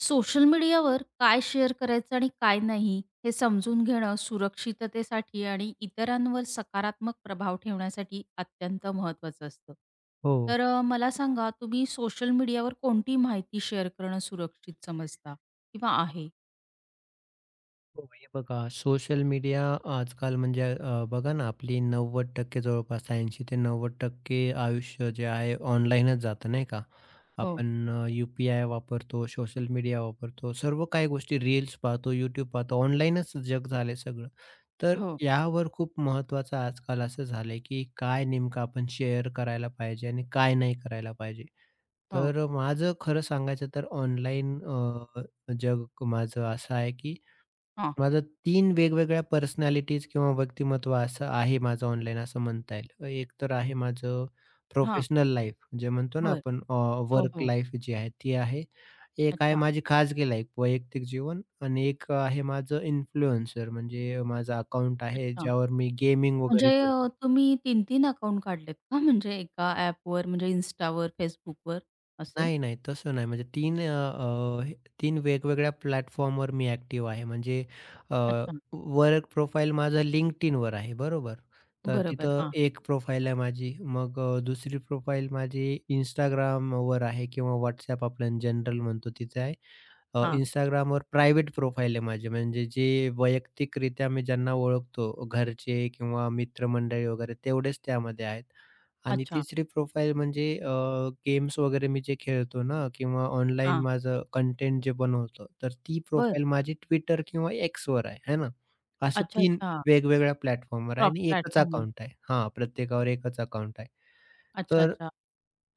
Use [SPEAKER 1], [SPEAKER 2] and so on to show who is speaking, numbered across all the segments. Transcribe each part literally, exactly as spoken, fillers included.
[SPEAKER 1] Social मीडियावर काय share करायचं आणि काय नाही हे समजून घेणं सुरक्षिततेसाठी आणि इतरांवर सकारात्मक प्रभाव ठेवण्यासाठी अत्यंत महत्त्वाचं असतं.
[SPEAKER 2] हो, हो.
[SPEAKER 1] तर अ, मला सांगा तुम्ही सोशल मीडियावर कोणती माहिती शेअर करणं सुरक्षित समजता किंवा आहे?
[SPEAKER 2] हे बघा सोशल मीडिया आजकाल म्हणजे अ, बघा ना आपली नव्वद टक्के जवळपास ऐंशी ते नव्वद टक्के आयुष्य जे आहे ऑनलाईनच जातं नाही का?
[SPEAKER 1] हो,
[SPEAKER 2] आपण अ, यू-पी-आय वापरतो, सोशल मीडिया वापरतो, सर्व काही गोष्टी रील्स पाहतो, YouTube पाहतो, ऑनलाईनच जग झालंय सगळं. तर
[SPEAKER 1] हो,
[SPEAKER 2] यावर खूप महत्त्वाचं आजकाल असं झालंय, की काय नेमकं आपण शेअर करायला पाहिजे आणि काय नाही करायला पाहिजे.
[SPEAKER 1] हो.
[SPEAKER 2] तर माझं खरं सांगायचं तर ऑनलाईन जग माझं असं आहे, की
[SPEAKER 1] हां,
[SPEAKER 2] माझं तीन वेगवेगळ्या पर्सनॅलिटीज किंवा व्यक्तिमत्व असं आहे माझं ऑनलाईन असं म्हणता येईल. एक तर आहे माझं
[SPEAKER 1] हां.
[SPEAKER 2] प्रोफेशनल लाईफ जे म्हणतो ना
[SPEAKER 1] बरं.
[SPEAKER 2] आपण
[SPEAKER 1] हो,
[SPEAKER 2] वर्क
[SPEAKER 1] हो.
[SPEAKER 2] लाईफ जी आहे ती आहे. एक आहे
[SPEAKER 1] अच्छा,
[SPEAKER 2] माझी खाजगी लाईफ वैयक्तिक जीवन आणि एक आहे माझं इन्फ्लुएन्सर म्हणजे माझं अकाउंट आहे
[SPEAKER 1] अच्छा.
[SPEAKER 2] ज्यावर मी गेमिंग वगैरे
[SPEAKER 1] म्हणजे अ,
[SPEAKER 2] करतो.
[SPEAKER 1] तुम्ही तीन-तीन अकाउंट काढलेत का? म्हणजे एका ॲपवर म्हणजे Instaवर, Facebookवर असे?
[SPEAKER 2] नाही, नाही. तसं नाही. म्हणजे तीन अ, अ, हे तीन वेगवेगळ्या प्लॅटफॉर्मवर मी ॲक्टिव्ह आहे. म्हणजे अ,
[SPEAKER 1] अच्छा.
[SPEAKER 2] वर्क प्रोफाईल माझं LinkedInवर आहे, बरोबर. तर
[SPEAKER 1] बरोबर.
[SPEAKER 2] तिथं
[SPEAKER 1] हां,
[SPEAKER 2] एक प्रोफाईल आहे माझी. मग अ, दुसरी प्रोफाईल माझी Instagramवर आहे किंवा WhatsApp आपण जनरल म्हणतो तिथे आहे. अ,
[SPEAKER 1] हां.
[SPEAKER 2] Instagramवर प्रायव्हेट प्रोफाईल आहे माझी. म्हणजे जे वैयक्तिकरित्या मी ज्यांना ओळखतो, घरचे किंवा मित्रमंडळी वगैरे तेवढेच त्यामध्ये आहेत. आणि
[SPEAKER 1] अच्छा.
[SPEAKER 2] तिसरी प्रोफाईल म्हणजे अ, गेम्स वगैरे मी जे खेळतो ना किंवा ऑनलाईन
[SPEAKER 1] हां.
[SPEAKER 2] माझं कंटेंट जे बनवतो, तर ती
[SPEAKER 1] बरं.
[SPEAKER 2] प्रोफाईल माझी Twitter किंवा Xवर आहे, है ना? असे
[SPEAKER 1] अच्छा,
[SPEAKER 2] तीन
[SPEAKER 1] अच्छा.
[SPEAKER 2] वेगवेगळ्या प्लॅटफॉर्मवर आहे
[SPEAKER 1] प्रॉप
[SPEAKER 2] आणि एकच
[SPEAKER 1] प्लॅटफॉर्मवर.
[SPEAKER 2] अकाउंट आहे. हां, प्रत्येकावर एकच अकाउंट आहे.
[SPEAKER 1] अच्छा,
[SPEAKER 2] तर
[SPEAKER 1] अच्छा.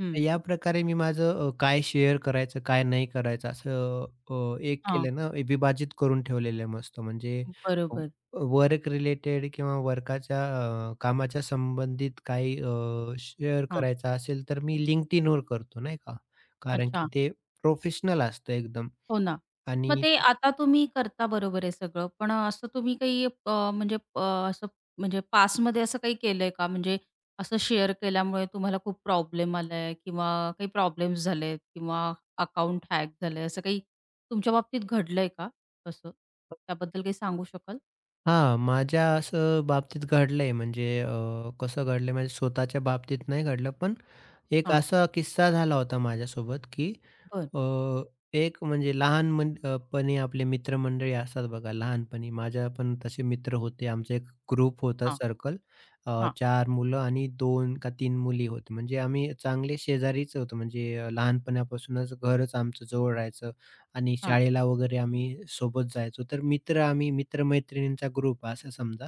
[SPEAKER 1] हं.
[SPEAKER 2] या प्रकारे मी माझं अ, काय शेअर करायचं, काय नाही करायचं असं अ, एक
[SPEAKER 1] हां.
[SPEAKER 2] केलं ना, ए, विभाजित करून ठेवलेलं आहे मस्त. म्हणजे व
[SPEAKER 1] बरोबर.
[SPEAKER 2] वर्क रिलेटेड किंवा वर्काच्या अ, कामाच्या संबंधित काही अ, शेअर
[SPEAKER 1] हां.
[SPEAKER 2] करायचं असेल, तर मी LinkedInवर करतो नाही का. कारण
[SPEAKER 1] अच्छा.
[SPEAKER 2] की ते प्रोफेशनल असतं एकदम
[SPEAKER 1] हो ना. मग
[SPEAKER 2] आणि
[SPEAKER 1] ते आता तुम्ही करता बरोबर आहे सगळं. पण असं तुम्ही काही अ, म्हणजे अ, असं म्हणजे पास्टमध्ये असं काही केलंय का? म्हणजे असं शेअर केल्यामुळे तुम्हाला खूप प्रॉब्लेम आलाय किंवा काही प्रॉब्लेम्स झालेत किंवा अकाउंट हॅक झालंय, असं काही तुमच्या बाबतीत घडलंय का तसं? त्याबद्दल काही सांगू शकाल?
[SPEAKER 2] हां, माझ्या असं बाबतीत घडलंय म्हणजे अ, कसं घडलंय म्हणजे स्वतःच्या बाबतीत नाही घडलं, पण एक
[SPEAKER 1] हां.
[SPEAKER 2] असा किस्सा झाला होता माझ्यासोबत, की
[SPEAKER 1] बरं.
[SPEAKER 2] अ, एक म्हणजे लहान मन अ, पणी आपले मित्रमंडळी असतात बघा लहानपणी. माझ्या पण तसे मित्र होते. आमचा एक ग्रुप होता
[SPEAKER 1] हां,
[SPEAKER 2] सर्कल. अ,
[SPEAKER 1] हां,
[SPEAKER 2] मुलं आणि दोन का तीन मुली होत्या. म्हणजे आम्ही चांगले शेजारीच होतो. म्हणजे अ, लहानपणापासूनच घरच आमचं जवळ राहायचं आणि
[SPEAKER 1] हां,
[SPEAKER 2] शाळेला वगैरे आम्ही सोबत जायचो. तर मित्र आम्ही मित्र ग्रुप असं समजा.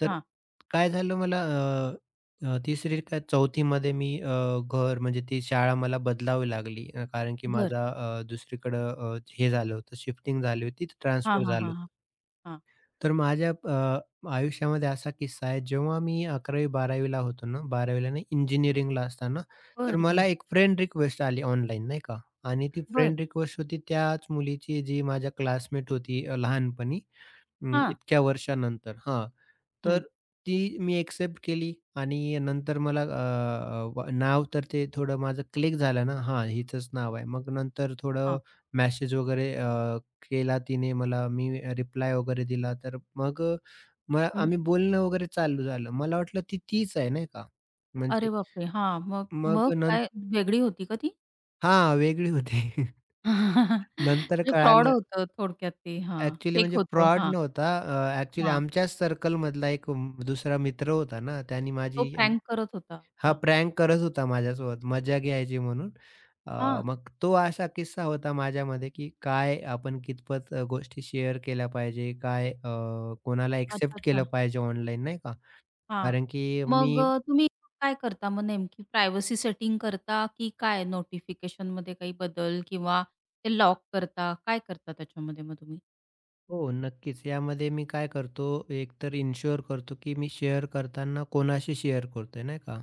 [SPEAKER 2] तर
[SPEAKER 1] हां.
[SPEAKER 2] काय झालं मला अ, अ, तिसरी का चौथीमध्ये मी अ, घर म्हणजे ती शाळा मला बदलावी लागली अ, कारण की
[SPEAKER 1] बरं.
[SPEAKER 2] माझा अ, दुसरीकडं अ, हे झालं होतं, शिफ्टिंग झाली होती,
[SPEAKER 1] हां,
[SPEAKER 2] ट्रान्सफर
[SPEAKER 1] हां,
[SPEAKER 2] झालं
[SPEAKER 1] हां,
[SPEAKER 2] होतं.
[SPEAKER 1] हां, हां.
[SPEAKER 2] तर माझ्या अ, आयुष्यामध्ये असा किस्सा आहे, जेव्हा मी अकरावी बारावी ला होतो ना, बारावी नाही, इंजिनिअरिंगला असताना, तर
[SPEAKER 1] बरं,
[SPEAKER 2] मला
[SPEAKER 1] बरं,
[SPEAKER 2] एक फ्रेंड रिक्वेस्ट आली ऑनलाईन, नाही का? आणि ती
[SPEAKER 1] बरं.
[SPEAKER 2] फ्रेंड रिक्वेस्ट होती त्याच मुलीची, जी माझ्या क्लासमेट होती अ, लहानपणी. हं,
[SPEAKER 1] हां.
[SPEAKER 2] इतक्या वर्षानंतर. हां,
[SPEAKER 1] हं.
[SPEAKER 2] तर ती मी एक्सेप्ट केली आणि नंतर मला अ, अ, व नाव तर ते थोडं माझं क्लिक झालं ना, हां, हिचंच नाव आहे. मग नंतर थोडं
[SPEAKER 1] हां.
[SPEAKER 2] मेसेज वगैरे अ, केला तिने मला, मी रिप्लाय वगैरे दिला. तर मग अ, मग
[SPEAKER 1] हं.
[SPEAKER 2] आम्ही बोलणं वगैरे चालू झालं. मला वाटलं ती तीच आहे नाही का. म्हणजे
[SPEAKER 1] अरे बापरे! हां. मग
[SPEAKER 2] मग
[SPEAKER 1] मग
[SPEAKER 2] नं
[SPEAKER 1] काय वेगळी होती का ती?
[SPEAKER 2] हां, वेगळी होती. नंतर
[SPEAKER 1] म्हणजे फ्रॉड
[SPEAKER 2] कळालं
[SPEAKER 1] होतं थोडक्यात ते. हां.
[SPEAKER 2] ॲक्चुअली
[SPEAKER 1] फेक
[SPEAKER 2] म्हणजे
[SPEAKER 1] होतं.
[SPEAKER 2] फ्रॉड
[SPEAKER 1] हां,
[SPEAKER 2] नव्हता. अ, ॲक्चुअली
[SPEAKER 1] हां.
[SPEAKER 2] आमच्याच सर्कलमधला एक म- दुसरा मित्र होता ना, त्यानी
[SPEAKER 1] तो
[SPEAKER 2] माझी
[SPEAKER 1] प्रँक करत होता.
[SPEAKER 2] हां,
[SPEAKER 1] अच्छा.
[SPEAKER 2] प्रँक करत होता माझ्यासोबत, मजा घ्यायची म्हणून. अ,
[SPEAKER 1] हां.
[SPEAKER 2] मग तो असा किस्सा होता माझ्यामध्ये, की काय आपण कितपत अ, गोष्टी शेअर केल्या पाहिजे, काय अ, कोणाला
[SPEAKER 1] अच्छा,
[SPEAKER 2] एक्सेप्ट
[SPEAKER 1] अच्छा.
[SPEAKER 2] केलं पाहिजे ऑनलाईन नाही का?
[SPEAKER 1] हां.
[SPEAKER 2] कारण की
[SPEAKER 1] मग
[SPEAKER 2] मी
[SPEAKER 1] अ, तुम्ही काय करता मग नेमकी प्रायव्हसी सेटिंग करता की काय नोटिफिकेशनमध्ये काही बदल किंवा ते लॉक करता? काय करता त्याच्यामध्ये मग तुम्ही?
[SPEAKER 2] हो, नक्कीच. यामध्ये मी काय करतो, एक तर इन्शुअर करतो, की मी शेअर करताना कोणाशी शेअर करतोय, नाही का?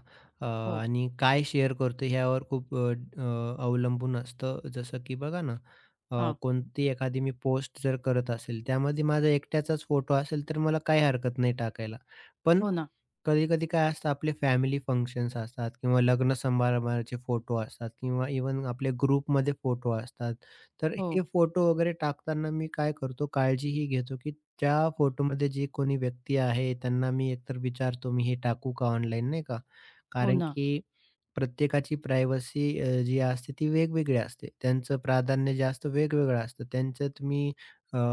[SPEAKER 2] अ,
[SPEAKER 1] हो.
[SPEAKER 2] आणि काय शेअर करतोय ह्यावर खूप अ, ड- अ, अवलंबून असतं. जसं की बघा ना, अ,
[SPEAKER 1] हां.
[SPEAKER 2] कोणती एखादी मी पोस्ट जर करत असेल, त्यामध्ये माझा एकट्याचाच फोटो असेल, तर मला काही हरकत नाही टाकायला. पण
[SPEAKER 1] हो ना.
[SPEAKER 2] कधी-कधी काय असतं आपले फॅमिली फंक्शन्स असतात किंवा लग्न समारंभाचे फोटो असतात किंवा इव्हन आपले ग्रुपमध्ये फोटो असतात. तर
[SPEAKER 1] हो.
[SPEAKER 2] हे फोटो वगैरे टाकताना मी काय करतो, काळजीही घेतो, की त्या फोटोमध्ये जी कोणी व्यक्ती आहे त्यांना मी एकतर विचारतो, "मी हे टाकू का ऑनलाईन?" नाही का.
[SPEAKER 1] हो
[SPEAKER 2] कारण
[SPEAKER 1] ना.
[SPEAKER 2] की प्रत्येकाची प्रायव्हसी जी असते ती वेगवेगळी असते. त्यांचं प्राधान्य जास्त वेगवेगळं असतं. त्यांचं तुम्ही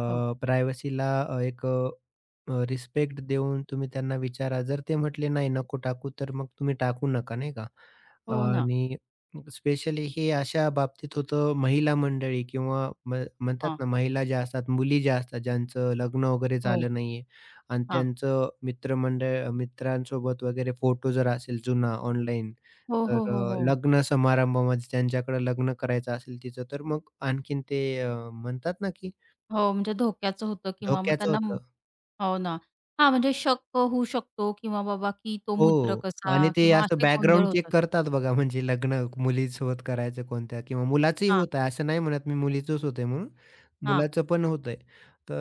[SPEAKER 1] हो.
[SPEAKER 2] प्रायव्हसीला एक अ, रिस्पेक्ट देऊन तुम्ही त्यांना विचारा. जर ते म्हटले नाही नको टाकू, तर मग तुम्ही टाकू नका नाही का.
[SPEAKER 1] हो ना.
[SPEAKER 2] आणि स्पेशली हे अशा बाबतीत होतं महिला मंडळी किंवा म्ह म्हणतात
[SPEAKER 1] हां.
[SPEAKER 2] ना महिला ज्या असतात, मुली ज्या असतात ज्यांचं लग्न वगैरे
[SPEAKER 1] हो,
[SPEAKER 2] झालं नाहीये आणि
[SPEAKER 1] हां.
[SPEAKER 2] त्यांचं मित्रमंडळ मित्रांसोबत वगैरे फोटो जर असेल जुना ऑनलाईन,
[SPEAKER 1] हो, हो,
[SPEAKER 2] तर
[SPEAKER 1] हो,
[SPEAKER 2] अ,
[SPEAKER 1] हो.
[SPEAKER 2] लग्न समारंभामध्ये ज्यांच्याकडे लग्न करायचं असेल तिचं, तर मग आणखीन ते अ, म्हणतात ना की
[SPEAKER 1] हो, म्हणजे धोक्याचं होतं किंवा मग
[SPEAKER 2] धोक्याचं
[SPEAKER 1] त्यांना म-.
[SPEAKER 2] होतं.
[SPEAKER 1] हो ना. हां, म्हणजे शक होऊ शकतो किंवा बाबा की तो मूत्र
[SPEAKER 2] हो.
[SPEAKER 1] कसा
[SPEAKER 2] आणि ते
[SPEAKER 1] किंवा
[SPEAKER 2] असं
[SPEAKER 1] असे गोंधळ
[SPEAKER 2] बॅकग्राऊंड चेक
[SPEAKER 1] होतात.
[SPEAKER 2] करतात बघा, म्हणजे लग्न मुलीसोबत करायचं कोणत्या किंवा मुलाचंही
[SPEAKER 1] हां,
[SPEAKER 2] होतं आहे. असं नाही म्हणत मी मुलीचंच होतंय म्हणून.
[SPEAKER 1] हां,
[SPEAKER 2] मुलाचं पण होतंय.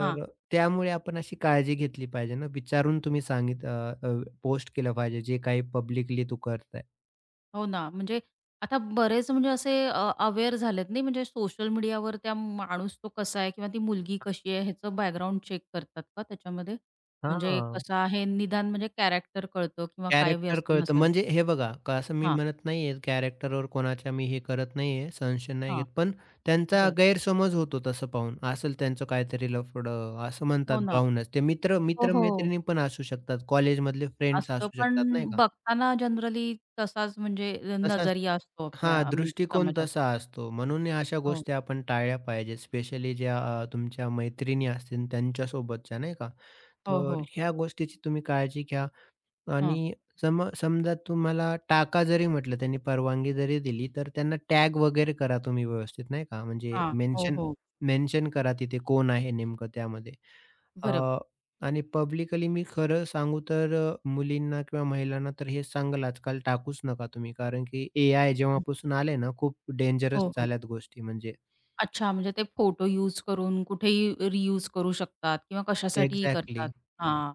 [SPEAKER 1] हां.
[SPEAKER 2] त्यामुळे आपण अशी काळजी घेतली पाहिजे ना, विचारून तुम्ही सांगित पोस्ट केलं पाहिजे जे काही पब्लिकली तू करताय.
[SPEAKER 1] हो ना, म्हणजे आता बरेच म्हणजे असे अ, अवेअर झालेत नाही म्हणजे सोशल मीडियावर त्या माणूस तो कसा आहे किंवा ती मुलगी कशी आहे ह्याचं बॅकग्राऊंड चेक करतात का त्याच्यामध्ये? म्हणजे
[SPEAKER 2] हां.
[SPEAKER 1] कसं आहे निदान म्हणजे कॅरेक्टर कळतं किंवा काय
[SPEAKER 2] कॅरेक्टर
[SPEAKER 1] व्यसन
[SPEAKER 2] कळतं.
[SPEAKER 1] असेल?
[SPEAKER 2] म्हणजे हे बघा, का असं मी
[SPEAKER 1] हां,
[SPEAKER 2] म्हणत नाहीये कॅरेक्टरवर कोणाच्या मी हे करत नाहीये, संशय नाही
[SPEAKER 1] हां.
[SPEAKER 2] घेत. पण त्यांचा
[SPEAKER 1] बरं.
[SPEAKER 2] गैरसमज होतो तसं पाहून. असेल त्यांचं काहीतरी लफडं असं म्हणतात
[SPEAKER 1] हो ना.
[SPEAKER 2] पाहूनच. ते मित्र
[SPEAKER 1] हो, हो.
[SPEAKER 2] मित्र-मैत्रिणी पण असू शकतात, कॉलेजमधले फ्रेंड्स
[SPEAKER 1] असतं,
[SPEAKER 2] असू शकतात
[SPEAKER 1] पण
[SPEAKER 2] नाही का?
[SPEAKER 1] बघताना जनरली तसाच म्हणजे
[SPEAKER 2] तसाच
[SPEAKER 1] नजरिया असतो आपल्या
[SPEAKER 2] हां,
[SPEAKER 1] म्हणजे
[SPEAKER 2] दृष्टिकोन
[SPEAKER 1] समाजात.
[SPEAKER 2] तसा असतो. म्हणून या अशा
[SPEAKER 1] हो,
[SPEAKER 2] गोष्टी आपण टाळल्या पाहिजेत. स्पेशली ज्या अ, तुमच्या मैत्रिणी असतील त्यांच्यासोबतच्या नाही का?
[SPEAKER 1] हो,
[SPEAKER 2] तर
[SPEAKER 1] हो.
[SPEAKER 2] ह्या गोष्टीची तुम्ही काळजी घ्या.
[SPEAKER 1] हं,
[SPEAKER 2] आणि सम समजा तुम्हाला टाका जरी म्हटलं, त्यांनी परवानगी जरी दिली, तर त्यांना टॅग वगैरे करा तुम्ही व्यवस्थित नाही का? म्हणजे
[SPEAKER 1] हां. हो,
[SPEAKER 2] मेन्शन
[SPEAKER 1] हो.
[SPEAKER 2] मेन्शन करा तिथे कोण आहे नेमकं त्यामध्ये.
[SPEAKER 1] बरोबर.
[SPEAKER 2] अ, आणि पब्लिकली मी खरं सांगू तर अ, मुलींना किंवा महिलांना तर हे सांगेल आजकाल टाकूच नका तुम्ही. कारण की एआय
[SPEAKER 1] हं.
[SPEAKER 2] जेव्हापासून आले ना, खूप डेंजरस
[SPEAKER 1] हो, हो.
[SPEAKER 2] झाल्यात गोष्टी म्हणजे.
[SPEAKER 1] अच्छा, म्हणजे ते फोटो यूज करून कुठेही रियूज करू शकतात किंवा कशासाठीही
[SPEAKER 2] एक्झॅक्टली.
[SPEAKER 1] करतात. हां,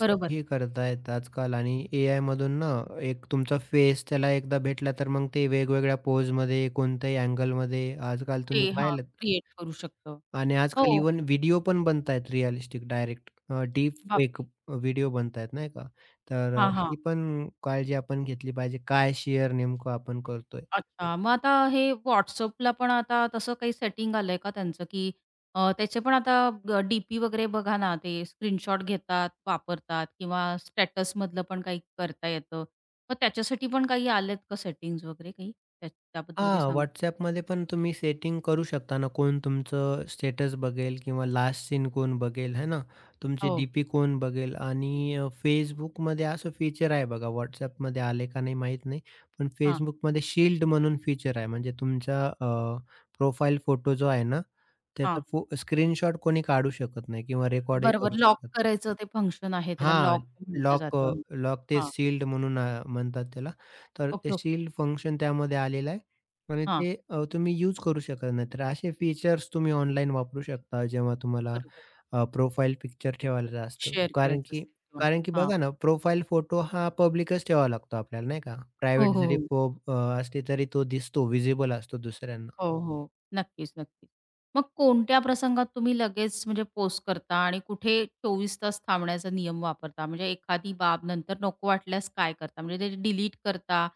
[SPEAKER 1] बरोबर.
[SPEAKER 2] करतायत आजकाल आणि एआय मधून ना एक तुमचा फेस त्याला एकदा भेटला तर मग ते वेगवेगळ्या पोजमध्ये कोणत्याही अँगलमध्ये आजकाल
[SPEAKER 1] ते
[SPEAKER 2] तुम्ही
[SPEAKER 1] हां,
[SPEAKER 2] पाहिलं
[SPEAKER 1] क्रिएट करू शकतो.
[SPEAKER 2] आणि
[SPEAKER 1] हो,
[SPEAKER 2] आजकाल इव्हन व्हिडिओ पण बनतायत रिअलिस्टिक डायरेक्ट डीप फेक
[SPEAKER 1] बापरे!
[SPEAKER 2] व्हिडिओ बनतायत नाही का तर अ,
[SPEAKER 1] हां, हां.
[SPEAKER 2] ही पण काळजी आपण घेतली पाहिजे काय शेअर नेमकं आपण करतोय
[SPEAKER 1] अच्छा. मग आता हे WhatsAppला पण आता तसं काही सेटिंग आलंय का त्यांचं, की अ, त्याचे पण आता अ, डी-पी वगैरे बघा ना, ते स्क्रीनशॉट घेतात, वापरतात किंवा स्टेटसमधलं पण काही करता येतं. मग त्याच्यासाठी पण काही आलेत का सेटिंग्ज वगैरे काही? त्या त्याबद्दल काही
[SPEAKER 2] हां,
[SPEAKER 1] सांगा?
[SPEAKER 2] WhatsAppमध्ये पण तुम्ही सेटिंग करू शकता ना, कोण तुमचं स्टेटस बघेल किंवा लास्ट सीन कोण बघेल, है ना? तुमची
[SPEAKER 1] हो.
[SPEAKER 2] डी-पी कोण बघेल आणि अ, Facebookमध्ये असं फीचर आहे बघा, WhatsAppमध्ये आले का नाही माहीत नाही. पण
[SPEAKER 1] हां,
[SPEAKER 2] Facebookमध्ये शील्ड म्हणून फीचर आहे. म्हणजे तुमचा अ, प्रोफाईल फोटो जो आहे ना, त्याचा
[SPEAKER 1] हां.
[SPEAKER 2] फो स्क्रीनशॉट कोणी काढू शकत नाही किंवा रेकॉर्डही
[SPEAKER 1] बरोबर
[SPEAKER 2] करू
[SPEAKER 1] लॉक
[SPEAKER 2] शकत
[SPEAKER 1] करायचं ते फंक्शन आहे. त्याला
[SPEAKER 2] हां,
[SPEAKER 1] लॉक म्हटलं
[SPEAKER 2] लॉक अ,
[SPEAKER 1] जातं.
[SPEAKER 2] लॉक ते
[SPEAKER 1] हां.
[SPEAKER 2] सील्ड म्हणून अ, म्हणतात त्याला. तर
[SPEAKER 1] ओके,
[SPEAKER 2] ते
[SPEAKER 1] ओके.
[SPEAKER 2] सील्ड फंक्शन त्यामध्ये आलेलं आहे आणि
[SPEAKER 1] हां.
[SPEAKER 2] ते अ, तुम्ही यूज करू शकत नाही. तर असे फीचर्स तुम्ही ऑनलाईन वापरू शकता जेव्हा तुम्हाला
[SPEAKER 1] बरोबर.
[SPEAKER 2] अ, प्रोफाईल पिक्चर ठेवायला असतं.
[SPEAKER 1] शेअर
[SPEAKER 2] कारण
[SPEAKER 1] करायचं
[SPEAKER 2] की
[SPEAKER 1] असेल किंवा
[SPEAKER 2] कारण की
[SPEAKER 1] हां.
[SPEAKER 2] बघा ना, प्रोफाईल फोटो हा पब्लिकच ठेवावा लागतो आपल्याला नाही का?
[SPEAKER 1] हो,
[SPEAKER 2] प्रायव्हेट
[SPEAKER 1] हो,
[SPEAKER 2] जरी
[SPEAKER 1] हो.
[SPEAKER 2] प्रो अ, असली तरी तो दिसतो, व्हिजिबल असतो दुसऱ्यांना.
[SPEAKER 1] हो, हो. नक्कीच, नक्कीच. मग कोणत्या प्रसंगात तुम्ही लगेच म्हणजे पोस्ट करता आणि कुठे चोवीस तास थांबण्याचा नियम वापरता? म्हणजे एखादी बाब नंतर नको वाटल्यास काय करता? म्हणजे ते डिलीट करता,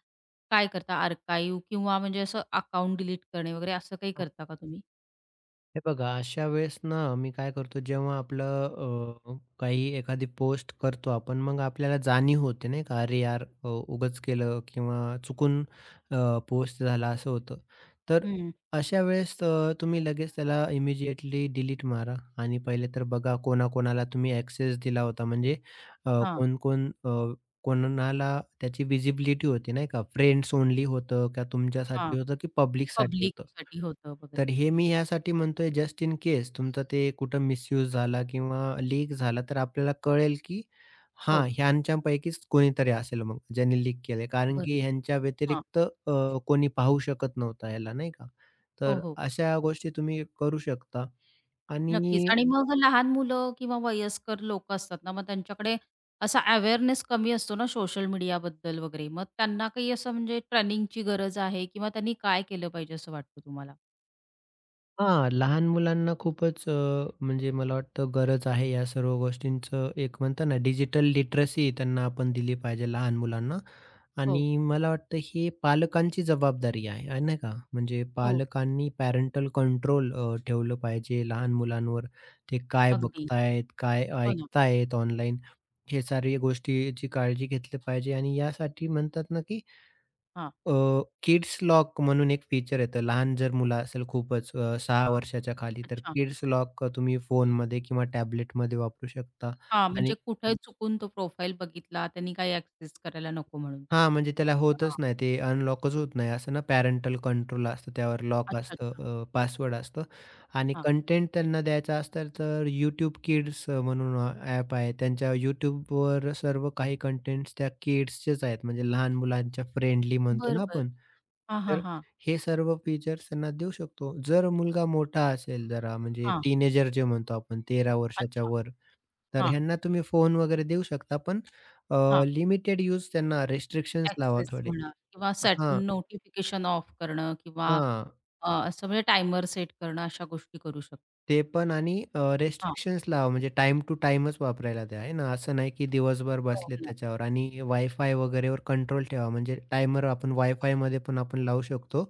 [SPEAKER 1] काय करता? आर्काईव्ह किंवा म्हणजे असं अकाउंट डिलीट करणे वगैरे असं काही करता का तुम्ही?
[SPEAKER 2] हे बघा, अशा वेळेस ना मी काय करतो जेव्हा आपलं अ, काही एखादी पोस्ट करतो आपण मग आपल्याला जाणीव होते नाही का, "अरे यार अ, उगाच केलं" किंवा चुकून पोस्ट झाला असं होतं. तर
[SPEAKER 1] हं.
[SPEAKER 2] अशा वेळेस अ, तुम्ही लगेच त्याला इमिडिएटली डिलीट मारा आणि पहिले तर बघा कोणाकोणाला तुम्ही ॲक्सेस दिला होता म्हणजे अ,
[SPEAKER 1] हां,
[SPEAKER 2] कोण-कोण अ, कोणाला त्याची विजिबिलिटी होती नाही का, फ्रेंड्स ओन्ली होतं का
[SPEAKER 1] हां.
[SPEAKER 2] तुमच्यासाठी होतं की पब्लिकसाठी होतं?
[SPEAKER 1] पब्लिकसाठी होतं वगैरे.
[SPEAKER 2] तर हे मी यासाठी म्हणतोय जस्ट इन केस तुमचा ते कुठं मिसयूज झाला किंवा लीक झाला तर आपल्याला कळेल की
[SPEAKER 1] हो,
[SPEAKER 2] हां, ह्यांच्यापैकीच कोणीतरी असेल मग ज्यांनी लीक केलंय. कारण
[SPEAKER 1] बरोबर.
[SPEAKER 2] की ह्यांच्या
[SPEAKER 1] हां.
[SPEAKER 2] व्यतिरिक्त अ, कोणी पाहू शकत नव्हता ह्याला नाही का?
[SPEAKER 1] हो,
[SPEAKER 2] तर
[SPEAKER 1] हो.
[SPEAKER 2] अशा गोष्टी तुम्ही करू शकता
[SPEAKER 1] नक्कीच.
[SPEAKER 2] आणि
[SPEAKER 1] आणि मग लहान मुलं किंवा वयस्कर लोकं असतात ना, मग त्यांच्याकडे असा अवेअरनेस कमी असतो ना सोशल मीडियाबद्दल वगैरे. मग त्यांना काही असं म्हणजे ट्रेनिंगची गरज आहे किंवा त्यांनी काय केलं पाहिजे असं वाटतं तुम्हाला?
[SPEAKER 2] हां, लहान मुलांना खूपच अ, म्हणजे मला वाटतं गरज आहे या सर्व गोष्टींचं एक म्हणतात ना डिजिटल लिटरसी त्यांना आपण दिली पाहिजे लहान मुलांना.
[SPEAKER 1] हो,
[SPEAKER 2] आणि मला वाटतं हे पालकांची जबाबदारी आहे, आहे नाही का? म्हणजे
[SPEAKER 1] हो.
[SPEAKER 2] पालकांनी पॅरेंटल कंट्रोल अ, ठेवलं पाहिजे लहान मुलांवर. ते काय
[SPEAKER 1] अगदी.
[SPEAKER 2] बघतायत, काय
[SPEAKER 1] हो ना.
[SPEAKER 2] ऐकतायत ऑनलाईन, हे सारी गोष्टीची काळजी घेतली पाहिजे आणि यासाठी म्हणतात ना, की
[SPEAKER 1] हां.
[SPEAKER 2] अ, किड्स लॉक म्हणून एक फीचर येतं. लहान जर मुलं असेल खूपच अ, सहा वर्षाच्या खाली, तर
[SPEAKER 1] अच्छा.
[SPEAKER 2] किड्स लॉक तुम्ही फोनमध्ये किंवा टॅबलेटमध्ये वापरू शकता.
[SPEAKER 1] हा म्हणजे कुठे चुकून तो प्रोफाईल बघितला, त्यांनी काही ॲक्सेस करायला नको म्हणून.
[SPEAKER 2] हां, म्हणजे त्याला होतच
[SPEAKER 1] हां.
[SPEAKER 2] नाही. ते अनलॉकच होत नाही. असं ना पॅरेंटल कंट्रोल असतं, त्यावर लॉक
[SPEAKER 1] अच्छा, अच्छा.
[SPEAKER 2] असतं, पासवर्ड असतं आणि
[SPEAKER 1] हां.
[SPEAKER 2] कंटेंट त्यांना द्यायचा असतं तर YouTube Kids म्हणून ॲप आहे. त्यांच्या YouTubeवर सर्व काही कंटेंट्स त्या किड्सचेच आहेत. म्हणजे लहान मुलांच्या फ्रेंडली म्हणतो
[SPEAKER 1] बरं,
[SPEAKER 2] ना
[SPEAKER 1] बरं.
[SPEAKER 2] आपण.
[SPEAKER 1] हां, हां,
[SPEAKER 2] तर
[SPEAKER 1] हां.
[SPEAKER 2] हे सर्व फीचर्स त्यांना देऊ शकतो. जर मुलगा मोठा असेल जरा म्हणजे
[SPEAKER 1] हां.
[SPEAKER 2] टीनेजर जे म्हणतो आपण तेरा वर्षाच्या
[SPEAKER 1] अच्छा.
[SPEAKER 2] वर तर
[SPEAKER 1] हां,
[SPEAKER 2] ह्यांना तुम्ही फोन वगैरे देऊ शकता, पण अ,
[SPEAKER 1] हां.
[SPEAKER 2] लिमिटेड यूज त्यांना रिस्ट्रिक्शन्स लावा
[SPEAKER 1] ॲक्सेस
[SPEAKER 2] थोडे.
[SPEAKER 1] म्हणा किंवा सेट
[SPEAKER 2] हां,
[SPEAKER 1] नोटिफिकेशन ऑफ करणं किंवा
[SPEAKER 2] हां.
[SPEAKER 1] अ, असं म्हणजे टायमर सेट करणं अशा गोष्टी करू शकतो.
[SPEAKER 2] ते पण आणि अ,
[SPEAKER 1] हां,
[SPEAKER 2] रिस्ट्रिक्शन्स लावा म्हणजे टाईम टू टाईमच वापरायला द्या आहे ना. असं नाही की दिवसभर
[SPEAKER 1] हो
[SPEAKER 2] बसलेत
[SPEAKER 1] ना.
[SPEAKER 2] त्याच्यावर आणि वायफाय वगैरेवर कंट्रोल ठेवा. म्हणजे टायमर आपण वायफायमध्ये पण आपण लावू शकतो,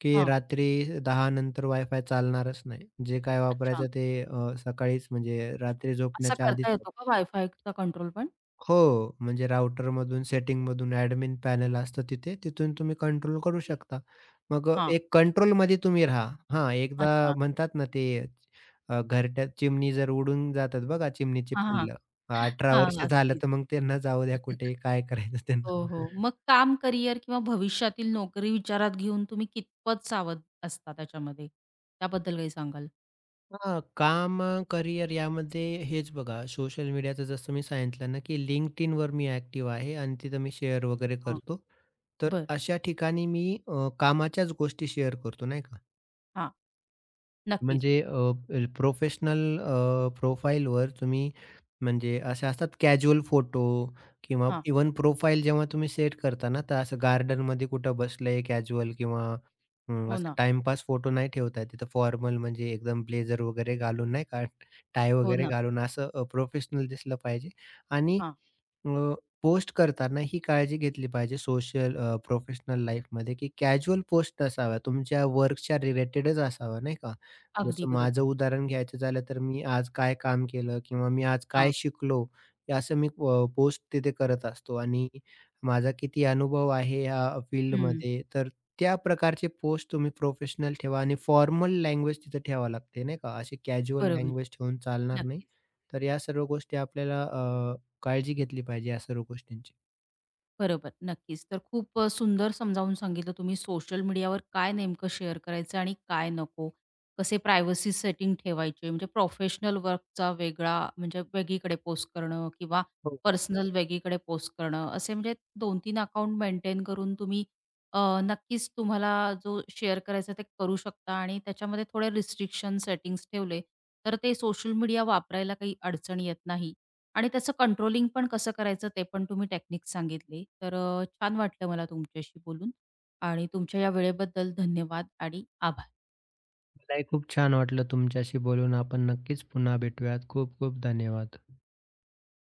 [SPEAKER 2] की
[SPEAKER 1] हां,
[SPEAKER 2] रात्री दहा नंतर वायफाय चालणारच नाही. जे काय
[SPEAKER 1] अच्छा.
[SPEAKER 2] वापरायचं ते अ, सकाळीच म्हणजे रात्री
[SPEAKER 1] असा
[SPEAKER 2] झोपण्याच्या
[SPEAKER 1] करता
[SPEAKER 2] आधीच
[SPEAKER 1] येतो
[SPEAKER 2] वापरा.
[SPEAKER 1] का वायफायचा कंट्रोल पण?
[SPEAKER 2] हो, म्हणजे राउटर मधून सेटिंग मधून ॲडमिन पॅनल असतं तिथे, तिथून तुम्ही कंट्रोल करू
[SPEAKER 1] ओके.
[SPEAKER 2] शकता. मग अ,
[SPEAKER 1] हां,
[SPEAKER 2] एक कंट्रोलमध्ये तुम्ही राहा. हां, एकदा
[SPEAKER 1] अच्छा.
[SPEAKER 2] म्हणतात ना ते अ, घरट्यात चिमणी जर उडून जातात बघा चिमणीची
[SPEAKER 1] हां, हां.
[SPEAKER 2] पिल्लं. अठरा
[SPEAKER 1] हां,
[SPEAKER 2] वर्ष झालं
[SPEAKER 1] अगदीच.
[SPEAKER 2] तर मग त्यांना जाऊ द्या कुठे, काय करायचं त्यांना.
[SPEAKER 1] हो, हो. मग काम, करिअर किंवा भविष्यातील नोकरी विचारात घेऊन तुम्ही कितपत सावध असता त्याच्यामध्ये? त्याबद्दल काही सांगाल?
[SPEAKER 2] हां, काम, अ, करिअर यामध्ये हेच बघा सोशल मीडियाचं जसं मी सांगितलं ना, की LinkedIn वर मी ॲक्टिव्ह आहे आणि तिथं मी शेअर वगैरे
[SPEAKER 1] हां,
[SPEAKER 2] करतो. तर
[SPEAKER 1] बरं.
[SPEAKER 2] अशा ठिकाणी मी अ, कामाच्याच गोष्टी शेअर करतो नाही का.
[SPEAKER 1] हां, नक्कीच.
[SPEAKER 2] म्हणजे प्रोफेशनल अ, प्रोफाईलवर तुम्ही म्हणजे असे असतात कॅज्युअल फोटो किंवा
[SPEAKER 1] हां,
[SPEAKER 2] इवन प्रोफाईल जेव्हा तुम्ही सेट करता ना, तर असं गार्डनमध्ये कुठं बसलंय कॅज्युअल किंवा अं,
[SPEAKER 1] हो
[SPEAKER 2] असं
[SPEAKER 1] ना,
[SPEAKER 2] टाईमपास फोटो नाही ठेवताय. तिथं फॉर्मल म्हणजे एकदम ब्लेझर वगैरे घालून नाही का, टाय
[SPEAKER 1] हो
[SPEAKER 2] वगैरे
[SPEAKER 1] ना.
[SPEAKER 2] घालून असं प्रोफेशनल दिसलं पाहिजे आणि
[SPEAKER 1] हां,
[SPEAKER 2] पोस्ट करताना ही काळजी घेतली पाहिजे सोशल प्रोफेशनल लाईफमध्ये की कॅज्युअल पोस्ट नसावा. तुमच्या वर्कच्या रिलेटेडच असावा नाही का?
[SPEAKER 1] अगदी
[SPEAKER 2] जसं माझं
[SPEAKER 1] बरोबर.
[SPEAKER 2] उदाहरण घ्यायचं झालं तर मी आज काय काम केलं किंवा मी आज
[SPEAKER 1] हां,
[SPEAKER 2] काय शिकलो, हे असं मी पोस्ट तिथे करत असतो आणि माझा किती अनुभव आहे ह्या
[SPEAKER 1] हं,
[SPEAKER 2] फील्डमध्ये. तर त्या प्रकारचे पोस्ट तुम्ही प्रोफेशनल ठेवा आणि फॉर्मल लँग्वेज तिथे ठेवावी लागते नाही का, अशी कॅज्युअल
[SPEAKER 1] बरोबर.
[SPEAKER 2] लँग्वेज ठेवून चालणार नाही.
[SPEAKER 1] नक्कीच.
[SPEAKER 2] तर या सर्व गोष्टी आपल्याला अ, काळजी घेतली पाहिजे या सर्व गोष्टींची.
[SPEAKER 1] बरोबर, नक्कीच. तर खूप अ, सुंदर समजावून सांगितलं तुम्ही सोशल मीडियावर काय नेमकं शेअर करायचं आणि काय नको. कसे प्रायव्हसी सेटिंग ठेवायचे म्हणजे प्रोफेशनल वर्कचा वेगळा म्हणजे वेगळीकडे पोस्ट करणं किंवा
[SPEAKER 2] हो.
[SPEAKER 1] पर्सनल वेगळीकडे पोस्ट करणं असे म्हणजे दोन-तीन अकाउंट मेंटेन करून तुम्ही अ, नक्कीच तुम्हाला जो शेअर करायचा ते करू शकता आणि त्याच्यामध्ये थोडे रिस्ट्रिक्शन सेटिंग्ज ठेवले, तर ते सोशल मीडिया वापरायला काही अडचण येत नाही आणि त्याचं कंट्रोलिंग पण कसं करायचं ते पण तुम्ही टेक्निक सांगितली. तर अ, छान वाटलं मला तुमच्याशी बोलून आणि तुमच्या या वेळेबद्दल धन्यवाद आणि आभार.
[SPEAKER 2] मलाही खूप छान वाटलं तुमच्याशी बोलून. आपण नक्कीच पुन्हा भेटूयात. खूप खूप धन्यवाद.